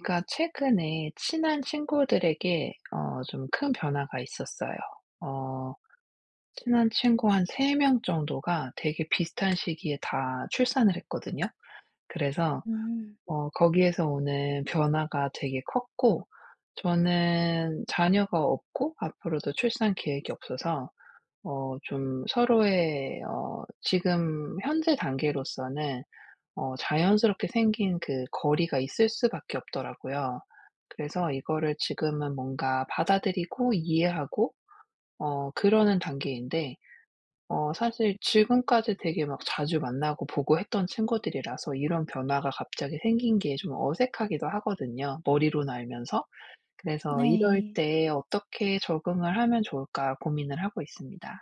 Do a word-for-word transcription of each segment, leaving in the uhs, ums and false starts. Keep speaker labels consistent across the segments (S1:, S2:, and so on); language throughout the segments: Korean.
S1: 제가 최근에 친한 친구들에게 어 좀 큰 변화가 있었어요. 어 친한 친구 한 세 명 정도가 되게 비슷한 시기에 다 출산을 했거든요. 그래서
S2: 음
S1: 어 거기에서 오는 변화가 되게 컸고, 저는 자녀가 없고 앞으로도 출산 계획이 없어서 어 좀 서로의 어 지금 현재 단계로서는 어 자연스럽게 생긴 그 거리가 있을 수밖에 없더라고요. 그래서 이거를 지금은 뭔가 받아들이고 이해하고 어 그러는 단계인데, 어 사실 지금까지 되게 막 자주 만나고 보고 했던 친구들이라서 이런 변화가 갑자기 생긴 게 좀 어색하기도 하거든요, 머리로는 알면서. 그래서 이럴
S2: 네.
S1: 때 어떻게 적응을 하면 좋을까 고민을 하고 있습니다.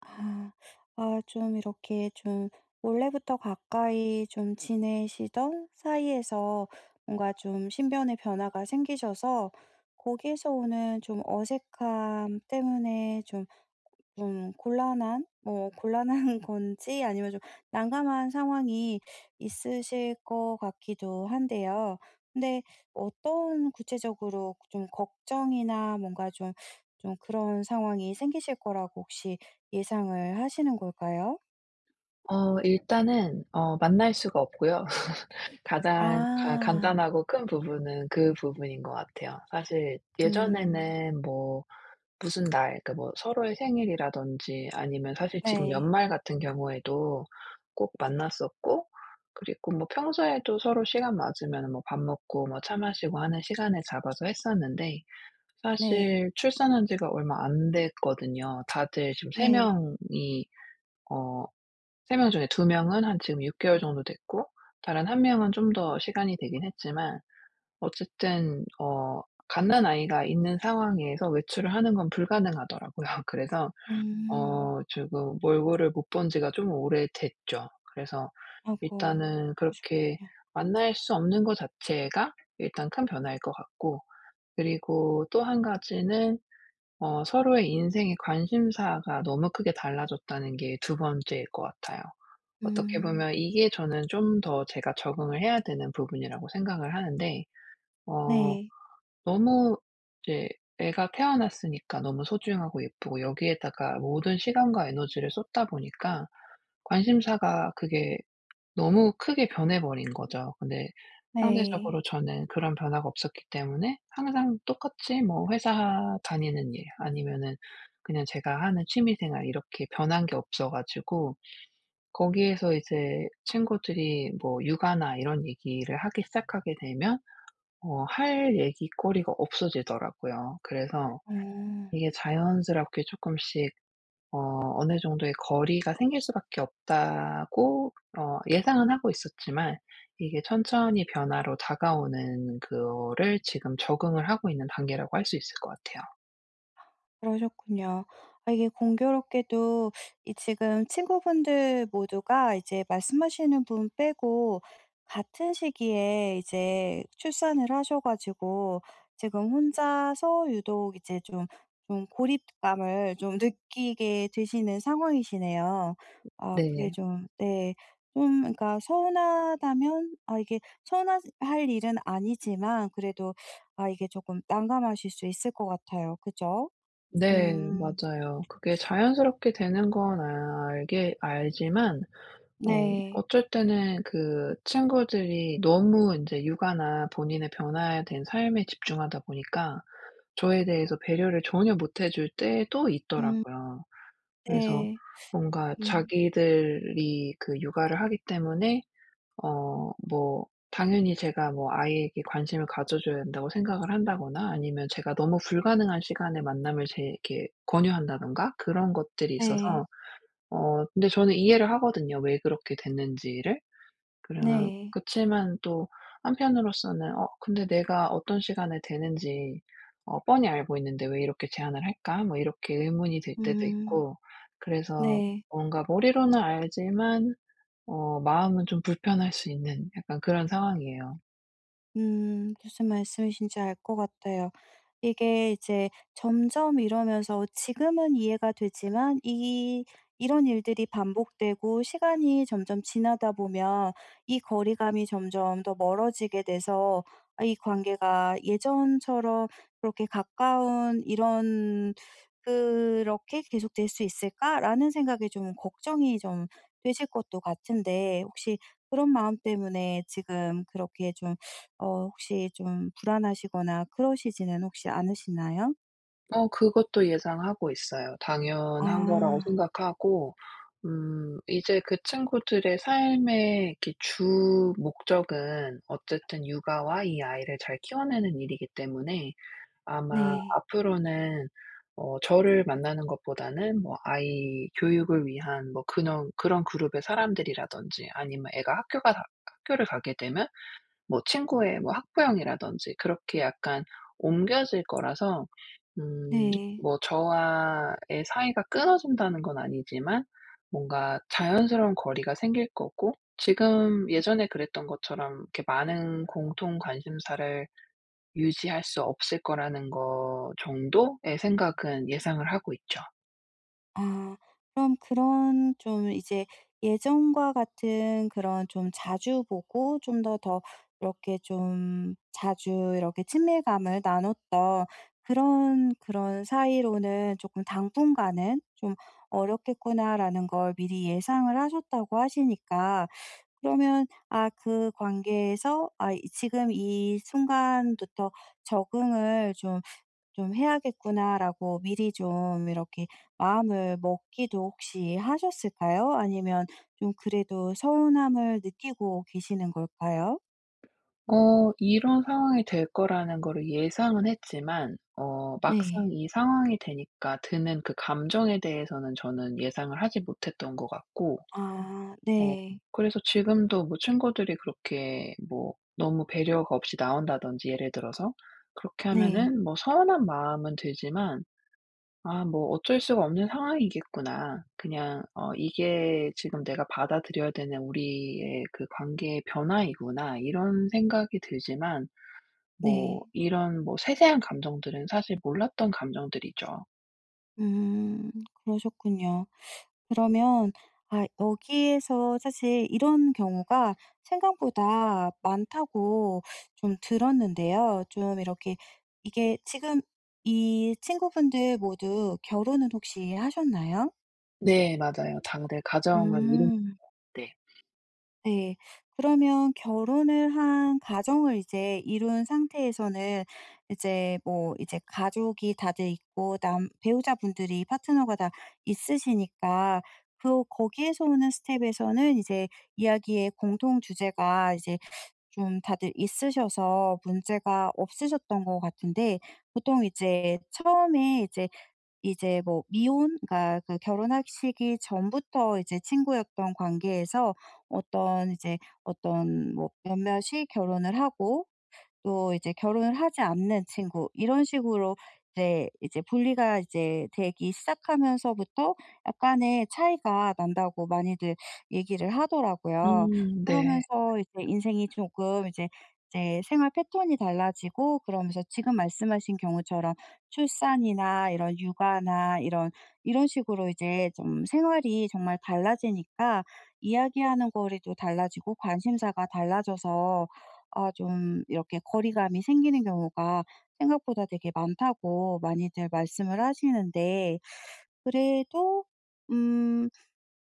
S2: 아. 아 좀 이렇게 좀 원래부터 가까이 좀 지내시던 사이에서 뭔가 좀 신변의 변화가 생기셔서 거기에서 오는 좀 어색함 때문에 좀 좀 곤란한 뭐 곤란한 건지 아니면 좀 난감한 상황이 있으실 것 같기도 한데요. 근데 어떤 구체적으로 좀 걱정이나 뭔가 좀 좀 그런 상황이 생기실 거라고 혹시 예상을 하시는 걸까요?
S1: 어 일단은 어 만날 수가 없고요. 가장 가
S2: 아.
S1: 간단하고 큰 부분은 그 부분인 것 같아요. 사실
S2: 음.
S1: 예전에는 뭐 무슨 날, 그러니까 뭐 서로의 생일이라든지, 아니면 사실 지금
S2: 네.
S1: 연말 같은 경우에도 꼭 만났었고, 그리고 뭐 평소에도 서로 시간 맞으면 뭐 밥 먹고 뭐 차 마시고 하는 시간을 잡아서 했었는데,
S2: 네.
S1: 사실 출산한 지가 얼마 안 됐거든요. 다들 지금 세
S2: 네.
S1: 명이. 어 세 명 중에 두 명은 한 지금 육 개월 정도 됐고, 다른 한 명은 좀 더 시간이 되긴 했지만 어쨌든 어 갓난아이가 있는 상황에서 외출을 하는 건 불가능하더라고요. 그래서
S2: 음.
S1: 어 지금 몰골을 못 본 지가 좀 오래됐죠. 그래서
S2: 하고
S1: 일단은 그렇게
S2: 그러셨군요.
S1: 만날 수 없는 것 자체가 일단 큰 변화일 것 같고, 그리고 또 한 가지는 어 서로의 인생의 관심사가 너무 크게 달라졌다는 게 두 번째일 것 같아요. 어떻게
S2: 음.
S1: 보면 이게 저는 좀 더 제가 적응을 해야 되는 부분이라고 생각을 하는데, 어
S2: 네.
S1: 너무 이제 애가 태어났으니까 너무 소중하고 예쁘고 여기에다가 모든 시간과 에너지를 쏟다 보니까 관심사가 그게 너무 크게 변해 버린 거죠. 근데
S2: 네.
S1: 상대적으로 저는 그런 변화가 없었기 때문에 항상 똑같이 뭐 회사 다니는 일 아니면은 그냥 제가 하는 취미 생활, 이렇게 변한 게 없어 가지고 거기에서 이제 친구들이 뭐 육아나 이런 얘기를 하기 시작하게 되면 어 할 얘기거리가 없어지더라고요. 그래서
S2: 어.
S1: 이게 자연스럽게 조금씩 어 어느 정도의 거리가 생길 수밖에 없다고 어 예상은 하고 있었지만, 이게 천천히 변화로 다가오는 그거를 지금 적응을 하고 있는 단계라고 할 수 있을 것 같아요.
S2: 그러셨군요. 아 이게 공교롭게도 이 지금 친구분들 모두가 이제 말씀하시는 분 빼고 같은 시기에 이제 출산을 하셔 가지고 지금 혼자서 유독 이제 좀 좀 고립감을 좀 느끼게 되시는 상황이시네요. 아 그게
S1: 네.
S2: 좀 네. 좀 그러니까 서운하다면 아 이게 서운할 일은 아니지만 그래도 아 이게 조금 난감하실 수 있을 것 같아요. 그죠?
S1: 네,
S2: 음.
S1: 맞아요. 그게 자연스럽게 되는 건 알게 알지만 어
S2: 네.
S1: 어쩔 때는 그 친구들이 너무 인제 육아나 본인의 변화에 대한 삶에 집중하다 보니까 저에 대해서 배려를 전혀 못해줄 때도
S2: 음
S1: 있더라고요. 그래서
S2: 네.
S1: 뭔가
S2: 음
S1: 자기들이 그 육아를 하기 때문에 어 뭐 당연히 제가 뭐 아이에게 관심을 가져 줘야 된다고 생각을 한다거나, 아니면 제가 너무 불가능한 시간에 만남을 제 이렇게 권유한다든가 그런 것들이 있어서.
S2: 네.
S1: 어 근데 저는 이해를 하거든요, 왜 그렇게 됐는지를. 그러
S2: 네.
S1: 그치만 또 한편으로서는 '어 근데 내가 어떤 시간에 되는지, 어 뻔히 알고 있는데 왜 이렇게 제한을 할까?' 뭐 이렇게 의문이 들 때도
S2: 음
S1: 있고, 그래서
S2: 네.
S1: 뭔가 머리로는 알지만 어 마음은 좀 불편할 수 있는 약간 그런 상황이에요.
S2: 음 무슨 말씀이신지 알 것 같아요. 이게 이제 점점 이러면서 지금은 이해가 되지만 이 이런 일들이 반복되고 시간이 점점 지나다 보면 이 거리감이 점점 더 멀어지게 돼서 아 이 관계가 예전처럼 그렇게 가까운 이런 '그렇게 계속될 수 있을까?'라는 생각에 좀 걱정이 좀 되실 것도 같은데 혹시 그런 마음 때문에 지금 그렇게 좀 어 혹시 좀 불안하시거나 그러시지는 혹시 않으시나요?
S1: 어 그것도 예상하고 있어요. 당연한 거라고
S2: 아
S1: 생각하고, 음 이제 그 친구들의 삶의 이렇게 주 목적은 어쨌든 육아와 이 아이를 잘 키워내는 일이기 때문에, 아마
S2: 네.
S1: 앞으로는 어 저를 만나는 것보다는 뭐 아이 교육을 위한 뭐 그런 그런 그룹의 사람들이라든지, 아니면 애가 학교가 다 학교를 가게 되면 뭐 친구의 뭐 학부형이라든지, 그렇게 약간 옮겨질 거라서. 음
S2: 네.
S1: 뭐 저와의 사이가 끊어진다는 건 아니지만, 뭔가 자연스러운 거리가 생길 거고 지금 예전에 그랬던 것처럼 이렇게 많은 공통 관심사를 유지할 수 없을 거라는 거 정도의 생각은 예상을 하고 있죠.
S2: 아 그럼 그런 좀 이제 예전과 같은 그런 좀 자주 보고 좀 더 더 이렇게 좀 자주 이렇게 친밀감을 나눴던 그런, 그런 사이로는 조금 '당분간은 좀 어렵겠구나.'라는 걸 미리 예상을 하셨다고 하시니까 그러면 아 그 관계에서 아 이 '지금 이 순간부터 적응을 좀 좀 해야겠구나.'라고 미리 좀 이렇게 마음을 먹기도 혹시 하셨을까요? 아니면 좀 그래도 서운함을 느끼고 계시는 걸까요?
S1: 어 이런 상황이 될 거라는 거를 예상은 했지만, 어 막상
S2: 네.
S1: 이 상황이 되니까 드는 그 감정에 대해서는 저는 예상을 하지 못했던 것 같고,
S2: 아
S1: 어
S2: 네.
S1: 그래서 지금도 뭐 친구들이 그렇게 뭐 너무 배려가 없이 나온다든지, 예를 들어서 그렇게
S2: 네.
S1: 하면은 뭐 서운한 마음은 들지만, '아, 뭐 어쩔 수가 없는 상황이겠구나. 그냥 어 이게 지금 내가 받아들여야 되는 우리의 그 관계의 변화이구나.' 이런 생각이 들지만, 뭐
S2: 네.
S1: 이런 뭐 세세한 감정들은 사실 몰랐던 감정들이죠.
S2: 음 그러셨군요. 그러면 아 여기에서 사실 이런 경우가 생각보다 많다고 좀 들었는데요. 좀 이렇게 이게 지금 이 친구분들 모두 결혼은 혹시 하셨나요?
S1: 네, 맞아요. 당들 가정을 이룬
S2: 음.
S1: 때.
S2: 네. 그러면 결혼을 한 가정을 이제 이룬 상태에서는 이제 뭐 이제 가족이 다들 있고 남 배우자분들이 파트너가 다 있으시니까 그 거기에서 오는 스텝에서는 이제 이야기의 공통 주제가 이제 좀 다들 있으셔서 문제가 없으셨던 것 같은데 보통 이제 처음에 이제 이제 뭐 미혼 그러니까 그 결혼하시기 전부터 이제 친구였던 관계에서 어떤 이제 어떤 뭐 몇몇이 결혼을 하고 또 이제 결혼을 하지 않는 친구 이런 식으로 이제 이제 분리가 이제 되기 시작하면서부터 약간의 차이가 난다고 많이들 얘기를 하더라고요.
S1: 음. 네.
S2: 그러면서 이제 인생이 조금 이제 이제 생활 패턴이 달라지고 그러면서 지금 말씀하신 경우처럼 출산이나 이런 육아나 이런 이런 식으로 이제 좀 생활이 정말 달라지니까 이야기하는 거리도 달라지고 관심사가 달라져서 아 좀 이렇게 거리감이 생기는 경우가 생각보다 되게 많다고 많이들 말씀을 하시는데 그래도 음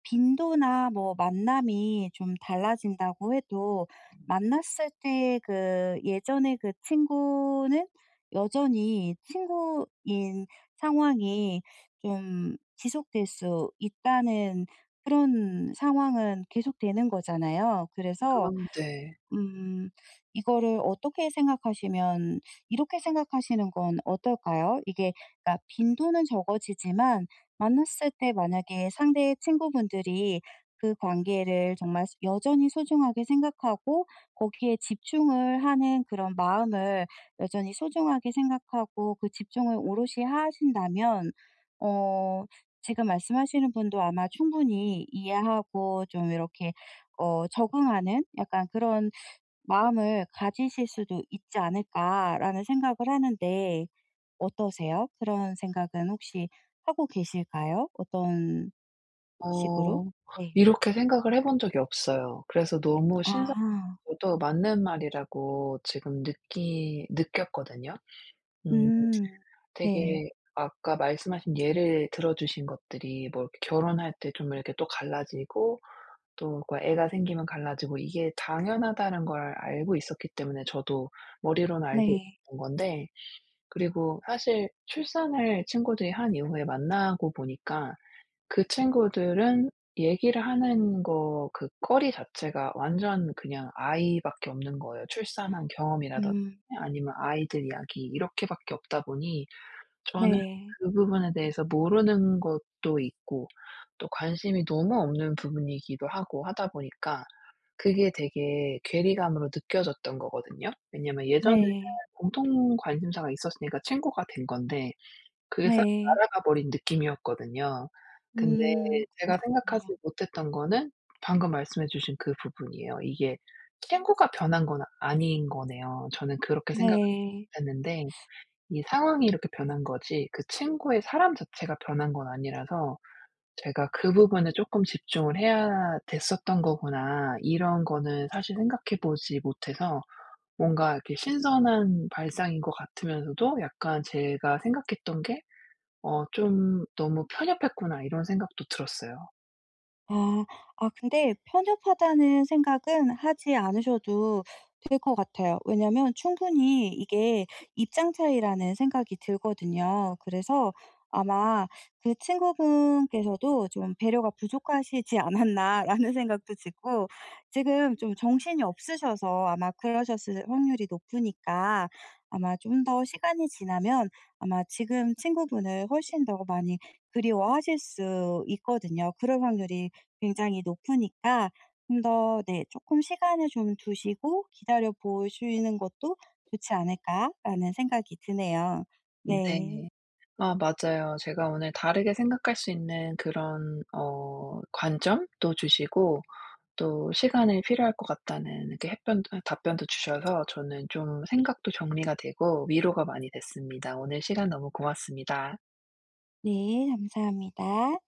S2: 빈도나 뭐 만남이 좀 달라진다고 해도 만났을 때 그 예전에 그 친구는 여전히 친구인 상황이 좀 지속될 수 있다는 그런 상황은 계속되는 거잖아요. 그래서
S1: 그럼. 네.
S2: 음 이거를 어떻게 생각하시면 이렇게 생각하시는 건 어떨까요? 이게 그러니까 빈도는 적어지지만 만났을 때 만약에 상대의 친구분들이 그 관계를 정말 여전히 소중하게 생각하고 거기에 집중을 하는 그런 마음을 여전히 소중하게 생각하고 그 집중을 오롯이 하신다면 어 지금 말씀하시는 분도 아마 충분히 이해하고 좀 이렇게 어, 적응하는 약간 그런 마음을 가지실 수도 있지 않을까라는 생각을 하는데 어떠세요? 그런 생각은 혹시 하고 계실까요? 어떤 식으로?
S1: 어
S2: 네.
S1: 이렇게 생각을 해본 적이 없어요. 그래서 너무
S2: 아.
S1: 신선하고도 맞는 말이라고 지금 느끼 느꼈거든요. 음.
S2: 음. 네.
S1: 되게, 아까 말씀하신 예를 들어 주신 것들이 뭐 이렇게 결혼할 때 좀 이렇게 또 갈라지고 또 그 애가 생기면 갈라지고 이게 당연하다는 걸 알고 있었기 때문에, 저도 머리로는 알고
S2: 네.
S1: 있었던 건데, 그리고 사실 출산을 친구들이 한 이후에 만나고 보니까 그 친구들은 얘기를 하는 거, 그 거리 자체가 완전 그냥 아이밖에 없는 거예요. 출산한 경험이라든지
S2: 음.
S1: 아니면 아이들 이야기 이렇게 밖에 없다 보니, 저는
S2: 네.
S1: 그 부분에 대해서 모르는 것도 있고 또 관심이 너무 없는 부분이기도 하고 하다 보니까 그게 되게 괴리감으로 느껴졌던 거거든요. 왜냐면 예전에는
S2: 네.
S1: 공통 관심사가 있었으니까 친구가 된 건데, 그게 싹
S2: 네.
S1: 날아가 버린 느낌이었거든요. 근데
S2: 음.
S1: 제가
S2: 그러셨군요.
S1: 생각하지 못했던 거는 방금 말씀해 주신 그 부분이에요. 이게 친구가 변한 건 아닌 거네요. 저는 그렇게 생각을
S2: 네.
S1: 못 했는데, 이 상황이 이렇게 변한 거지 그 친구의 사람 자체가 변한 건 아니라서, 제가 '그 부분에 쪼끔 집중을 해야 됐었던 거구나.' 이런 거는 사실 생각해 보지 못해서, 뭔가 이렇게 신선한 발상인 것 같으면서도 약간 제가 생각했던 게 '어 좀 너무 편협했구나.' 이런 생각도 들었어요.
S2: 아. 아 근데 편협하다는 생각은 하지 않으셔도 될 것 같아요. 왜냐면 충분히 이게 입장 차이라는 생각이 들거든요. 그래서 아마 그 친구분께서도 좀 '배려가 부족하시지 않았나.'라는 생각도 들고 지금 좀 정신이 없으셔서 아마 그러셨을 확률이 높으니까 아마 좀 더 시간이 지나면 아마 지금 친구분을 훨씬 더 많이 그리워하실 수 있거든요. 그럴 확률이 굉장히 높으니까 좀 더 네 조금 시간을 좀 두시고 기다려 보시는 것도 좋지 않을까라는 생각이 드네요. 네.
S1: 네. 아, 맞아요. 제가 오늘 다르게 생각할 수 있는 그런 어 관점도 주시고, 또 시간이 필요할 것 같다는 이렇게 햇변 아 답변도 주셔서 저는 좀 생각도 정리가 되고 위로가 많이 됐습니다. 오늘 시간 너무 고맙습니다.
S2: 네. 감사합니다.